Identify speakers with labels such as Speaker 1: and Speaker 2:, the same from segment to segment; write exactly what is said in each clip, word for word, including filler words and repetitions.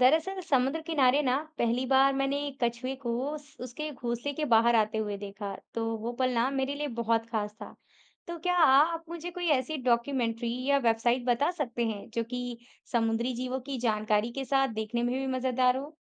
Speaker 1: दरअसल समुद्र किनारे ना पहली बार मैंने एक कछुए को उस- उसके घोंसले के बाहर आते हुए देखा तो वो पल ना मेरे लिए बहुत खास था। तो क्या आप मुझे कोई ऐसी डॉक्यूमेंट्री या वेबसाइट बता सकते हैं जो कि समुद्री जीवों की जानकारी के साथ देखने में भी मजेदार हो?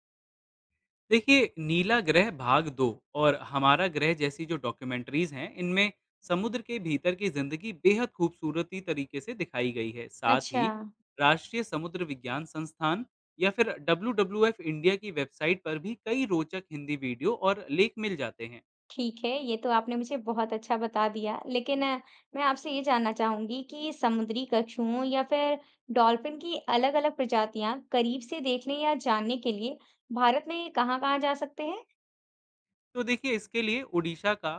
Speaker 2: देखिए नीला ग्रह भाग दो और हमारा ग्रह जैसी जो डॉक्यूमेंट्रीज हैं इनमें समुद्र के भीतर की जिंदगी बेहद खूबसूरती तरीके से दिखाई गई है। साथ
Speaker 1: अच्छा।
Speaker 2: ही राष्ट्रीय समुद्र विज्ञान संस्थान या फिर डब्ल्यू डब्ल्यू एफ इंडिया की वेबसाइट पर भी कई रोचक हिंदी वीडियो और लेख मिल जाते हैं।
Speaker 1: ठीक है, ये तो आपने मुझे बहुत अच्छा बता दिया। लेकिन अ, मैं आपसे ये जानना चाहूँगी कि समुद्री कछुओं या फिर डॉल्फिन की अलग-अलग प्रजातियाँ करीब से देखने या जानने के लिए भारत में कहाँ-कहाँ जा सकते हैं?
Speaker 2: तो देखिए इसके लिए उड़ीसा का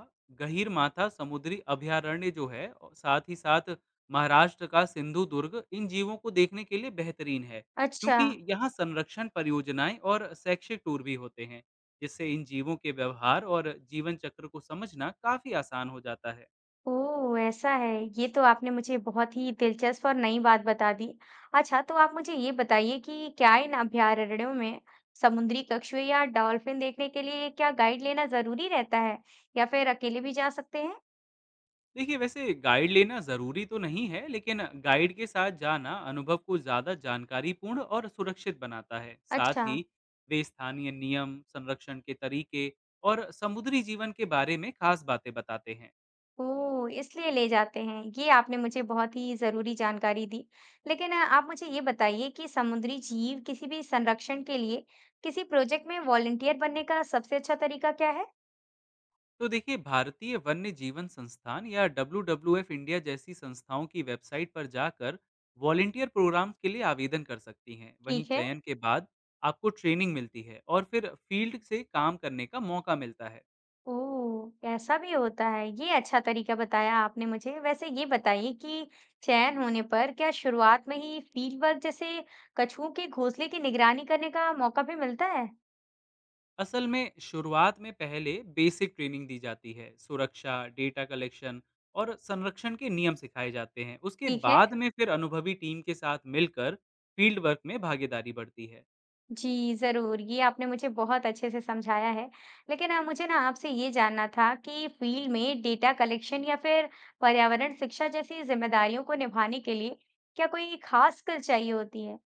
Speaker 2: गहीर माथा समुद्री अभयारण्य जो है और साथ ही साथ महाराष्ट्र का सिंधु दुर्ग इन जीवों को देखने के लिए बेहतरीन है,
Speaker 1: अच्छा।
Speaker 2: क्योंकि यहाँ संरक्षण परियोजनाएं और शैक्षिक टूर भी होते हैं, जिससे इन जीवों के व्यवहार और जीवन चक्र को समझना काफी आसान हो जाता है।
Speaker 1: ओह! ऐसा है। ये तो आपने मुझे बहुत ही दिलचस्प और नई बात बता दी। अच्छा, तो आप मुझे ये बताइए कि क्या इन अभयारण्यों में समुद्री कछुए या डॉल्फिन देखने के लिए क्या गाइड लेना ज़रूरी रहता है या फिर अकेले भी जा सकते हैं?
Speaker 2: देखिए वैसे गाइड लेना ज़रूरी तो नहीं है, लेकिन गाइड के साथ जाना अनुभव को ज़्यादा जानकारीपूर्ण और सुरक्षित बनाता है। साथ
Speaker 1: अच्छा।
Speaker 2: ही वे स्थानीय नियम, संरक्षण के तरीके और समुद्री जीवन के बारे में खास बातें बताते हैं।
Speaker 1: ओह! इसलिए ले जाते हैं। ये आपने मुझे बहुत ही ज़रूरी जानकारी दी। लेकिन अ, आप मुझे ये बताइए कि समुद्री जीव किसी भी संरक्षण के लिए किसी प्रोजेक्ट में वॉलंटियर बनने का सबसे अच्छा तरीका क्या है?
Speaker 2: तो देखिए भारतीय वन्य जीवन संस्थान या W W F इंडिया जैसी संस्थाओं की वेबसाइट पर जाकर वॉलेंटियर प्रोग्राम के लिए आवेदन कर सकती हैं। वहीं
Speaker 1: ठीक है।
Speaker 2: चयन के बाद आपको ट्रेनिंग मिलती है और फिर फील्ड से काम करने का मौका मिलता है।
Speaker 1: ओह! ऐसा भी होता है। ये अच्छा तरीका बताया आपने मुझे। वैसे ये बताइए कि चयन होने पर क्या शुरुआत में ही फील्ड वर्क जैसे कछुओं के घोंसले की निगरानी करने का मौका भी मिलता है?
Speaker 2: असल में शुरुआत में पहले बेसिक ट्रेनिंग दी जाती है, सुरक्षा डेटा कलेक्शन और संरक्षण के नियम सिखाए जाते हैं। उसके
Speaker 1: ठीक है।
Speaker 2: बाद में फिर अनुभवी टीम के साथ मिलकर फील्ड वर्क में भागीदारी बढ़ती है।
Speaker 1: जी, ज़रूर। ये आपने मुझे बहुत अच्छे से समझाया है। लेकिन अ, मुझे ना आपसे ये जानना था कि फ़ील्ड में डेटा कलेक्शन या फिर पर्यावरण शिक्षा जैसी ज़िम्मेदारियों को निभाने के लिए क्या कोई खास स्किल चाहिए होती है?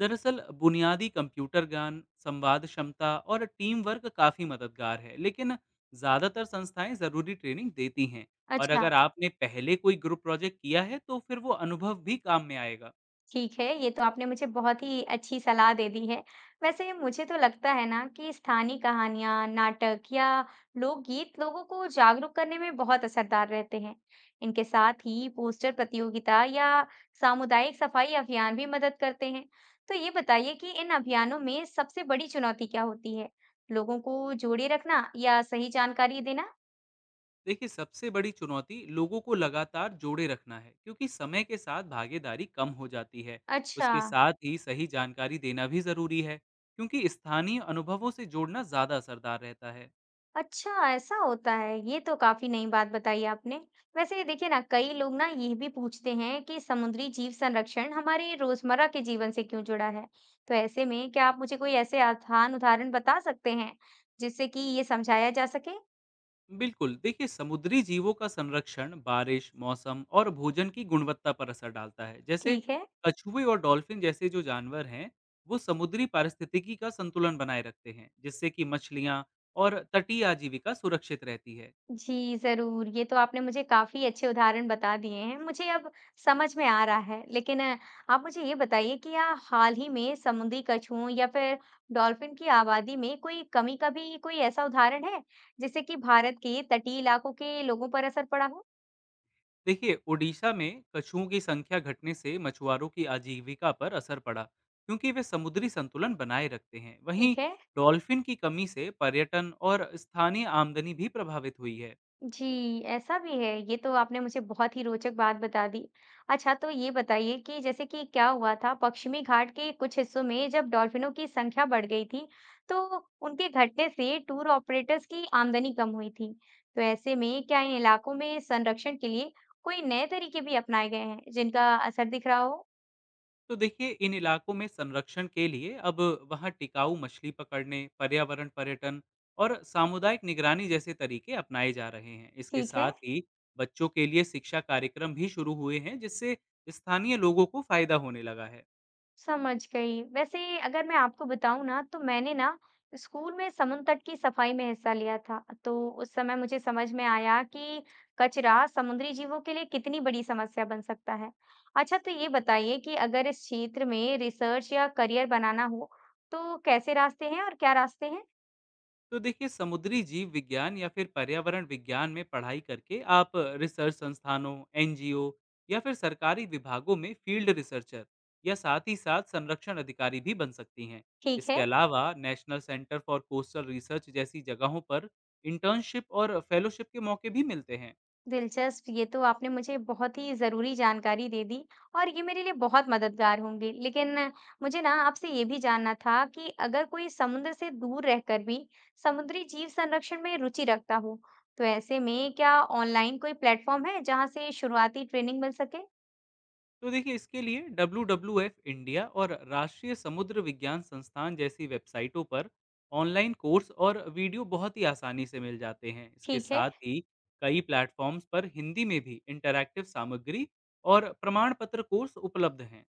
Speaker 2: दरअसल बुनियादी कंप्यूटर ज्ञान, संवाद क्षमता और टीम वर्क काफ़ी मददगार है, लेकिन ज़्यादातर संस्थाएं ज़रूरी ट्रेनिंग देती हैं। और
Speaker 1: अच्छा।
Speaker 2: अगर आपने पहले कोई ग्रुप प्रोजेक्ट किया है, तो फिर वो अनुभव भी काम में आएगा।
Speaker 1: ठीक है, ये तो आपने मुझे बहुत ही अच्छी सलाह दे दी है। वैसे मुझे तो लगता है ना कि स्थानीय कहानियाँ, नाटक या लोकगीत लोगों को जागरूक करने में बहुत असरदार रहते हैं। इनके साथ ही पोस्टर प्रतियोगिता या सामुदायिक सफाई अभियान भी मदद करते हैं। तो ये बताइए कि इन अभियानों में सबसे बड़ी चुनौती क्या होती है? लोगों को जोड़े रखना या सही जानकारी देना?
Speaker 2: देखिए सबसे बड़ी चुनौती लोगों को लगातार जोड़े रखना है, क्योंकि समय के साथ भागीदारी कम हो जाती है।
Speaker 1: अच्छा।
Speaker 2: उसके साथ ही सही जानकारी देना भी जरूरी है, क्योंकि स्थानीय अनुभवों से जोड़ना ज्यादा असरदार रहता है।
Speaker 1: अच्छा, ऐसा होता है। ये तो काफ़ी नई बात बताई आपने। वैसे देखिए ना, कई लोग ना ये भी पूछते हैं कि समुद्री जीव संरक्षण हमारे रोज़मर्रा के जीवन से क्यों जुड़ा है? तो ऐसे में क्या आप मुझे कोई ऐसे आसान उदाहरण बता सकते हैं, जिससे कि ये समझाया जा सके?
Speaker 2: बिल्कुल, देखिए समुद्री जीवों का संरक्षण बारिश, मौसम और भोजन की गुणवत्ता पर असर डालता है। जैसे
Speaker 1: ठीक है।
Speaker 2: कछुए और डॉल्फिन जैसे जो जानवर हैं, वो समुद्री पारिस्थितिकी का संतुलन बनाए रखते हैं, जिससे कि मछलियाँ और तटीय आजीविका सुरक्षित रहती है।
Speaker 1: जी, ज़रूर। ये तो आपने मुझे काफ़ी अच्छे उदाहरण बता दिए हैं, मुझे अब समझ में आ रहा है। लेकिन अ, आप मुझे ये बताइए कि या हाल ही में समुद्री कछुओं या फिर डॉल्फ़िन की आबादी में कोई कमी का भी कोई ऐसा उदाहरण है, जिससे कि भारत के तटीय इलाकों के लोगों पर असर पड़ा हो?
Speaker 2: देखिए ओडिशा में कछुओं की संख्या घटने से मछुआरों की आजीविका पर असर पड़ा, क्योंकि वे समुद्री संतुलन बनाए रखते हैं। वहीं
Speaker 1: ठीक है।
Speaker 2: डॉल्फिन की कमी से पर्यटन और स्थानीय आमदनी भी प्रभावित हुई है।
Speaker 1: जी, ऐसा भी है। ये तो आपने मुझे बहुत ही रोचक बात बता दी। अच्छा, तो ये बताइए कि जैसे कि क्या हुआ था पश्चिमी घाट के कुछ हिस्सों में जब डॉल्फिनों की संख्या बढ़ गई थी, तो उनके घटने से टूर ऑपरेटर्स की आमदनी कम हुई थी। तो ऐसे में क्या इन इलाकों में संरक्षण के लिए कोई नए तरीके भी अपनाए गए हैं, जिनका असर दिख रहा हो?
Speaker 2: तो देखिए इन इलाकों में संरक्षण के लिए अब वहाँ टिकाऊ मछली पकड़ने, पर्यावरण पर्यटन और सामुदायिक निगरानी जैसे तरीके अपनाए जा रहे हैं। इसके
Speaker 1: ठीक
Speaker 2: साथ
Speaker 1: है।
Speaker 2: ही बच्चों के लिए शिक्षा कार्यक्रम भी शुरू हुए हैं, जिससे स्थानीय लोगों को फायदा होने लगा है।
Speaker 1: समझ गई। वैसे अगर मैं आपको बताऊँ ना तो मैंने ना स्कूल में समुद्र तट की सफाई में हिस्सा लिया था। तो उस समय मुझे समझ में आया कि कचरा समुद्री जीवों के लिए कितनी बड़ी समस्या बन सकता है। अच्छा, तो ये बताइए कि अगर इस क्षेत्र में रिसर्च या करियर बनाना हो तो कैसे रास्ते हैं और क्या रास्ते हैं?
Speaker 2: तो देखिए समुद्री जीव विज्ञान या फिर पर्यावरण विज्ञान में पढ़ाई करके आप रिसर्च संस्थानों, एनजीओ या फिर सरकारी विभागों में फील्ड रिसर्चर या साथ ही साथ संरक्षण अधिकारी भी बन सकती हैं।
Speaker 1: ठीक
Speaker 2: इसके
Speaker 1: है।
Speaker 2: अलावा national centre for coastal research जैसी जगहों पर इंटर्नशिप और फेलोशिप के मौके भी मिलते हैं।
Speaker 1: दिलचस्प, ये तो आपने मुझे बहुत ही ज़रूरी जानकारी दे दी और ये मेरे लिए बहुत मददगार होंगी। लेकिन मुझे ना आपसे ये भी जानना था कि अगर कोई समुद्र से दूर रहकर भी समुद्री जीव संरक्षण में रुचि रखता हो, तो ऐसे में क्या ऑनलाइन कोई प्लेटफॉर्म है जहाँ से शुरुआती ट्रेनिंग मिल सके?
Speaker 2: तो देखिए इसके लिए W W F इंडिया और राष्ट्रीय समुद्र विज्ञान संस्थान जैसी वेबसाइटों पर ऑनलाइन कोर्स और वीडियो बहुत ही आसानी से मिल जाते हैं। इसके
Speaker 1: ठीक है।
Speaker 2: साथ ही कई प्लेटफॉर्म्स पर हिंदी में भी इंटरैक्टिव सामग्री और प्रमाण पत्र कोर्स उपलब्ध हैं।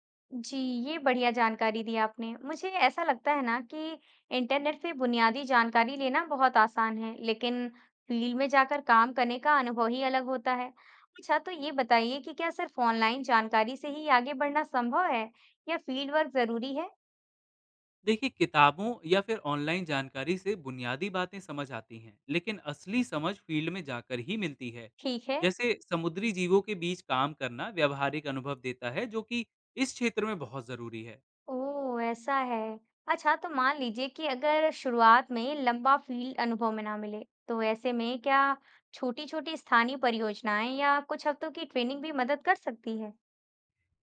Speaker 1: जी, ये बढ़िया जानकारी दी आपने। मुझे ऐसा लगता है ना कि इंटरनेट पे बुनियादी जानकारी लेना बहुत आसान है, लेकिन फील्ड में जाकर काम करने का अनुभव ही अलग होता है। अच्छा, तो ये बताइए कि क्या सिर्फ ऑनलाइन जानकारी से ही आगे बढ़ना संभव है या फील्ड वर्क जरूरी है?
Speaker 2: देखिए किताबों या फिर ऑनलाइन जानकारी से बुनियादी बातें समझ आती हैं, लेकिन असली समझ फील्ड में जाकर ही मिलती है।
Speaker 1: ठीक है।
Speaker 2: जैसे समुद्री जीवों के बीच काम करना व्यावहारिक अनुभव देता है, जो कि इस क्षेत्र में बहुत ज़रूरी है।
Speaker 1: ओह, ऐसा है। अच्छा, तो मान लीजिए कि अगर शुरुआत में लंबा फील्ड अनुभव में ना मिले, तो ऐसे में क्या छोटी-छोटी स्थानीय परियोजनाएं या कुछ हफ्तों की ट्रेनिंग भी मदद कर सकती है?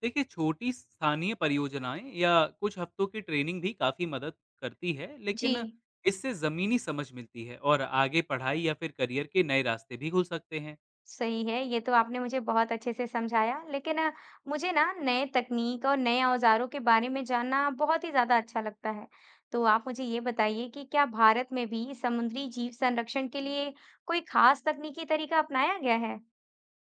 Speaker 2: देखिए छोटी स्थानीय परियोजनाएं या कुछ हफ्तों की ट्रेनिंग भी काफ़ी मदद करती है, लेकिन
Speaker 1: जी,
Speaker 2: इससे ज़मीनी समझ मिलती है और आगे पढ़ाई या फिर करियर के नए रास्ते भी खुल सकते हैं।
Speaker 1: सही है। ये तो आपने मुझे बहुत अच्छे से समझाया, लेकिन अ, मुझे ना नए तकनीक और नए औज़ारों के बारे में जानना बहुत ही ज़्यादा अच्छा लगता है। तो आप मुझे ये बताइए कि क्या भारत में भी समुद्री जीव संरक्षण के लिए कोई खास तकनीकी तरीका अपनाया गया है?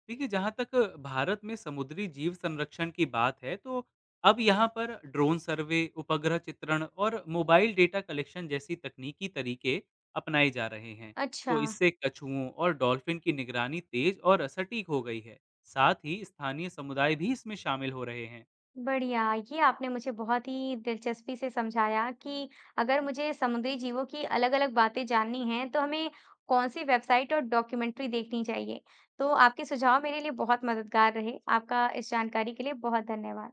Speaker 2: देखिए जहाँ तक भारत में समुद्री जीव संरक्षण की बात है, तो अब यहाँ पर ड्रोन सर्वे, उपग्रह चित्रण और मोबाइल डेटा कलेक्शन जैसी तकनीकी तरीके अपनाए जा रहे हैं।
Speaker 1: अच्छा।
Speaker 2: तो इससे कछुओं और डॉल्फिन की निगरानी तेज और सटीक हो गई है। साथ ही स्थानीय समुदाय भी इसमें शामिल हो रहे हैं।
Speaker 1: बढ़िया, ये आपने मुझे बहुत ही दिलचस्पी से समझाया कि अगर मुझे समुद्री जीवों की अलग-अलग बातें जाननी हैं, तो हमें कौन-सी वेबसाइट और डॉक्यूमेंट्री देखनी चाहिए। तो आपके सुझाव मेरे लिए बहुत मददगार रहे। आपका इस जानकारी के लिए बहुत धन्यवाद।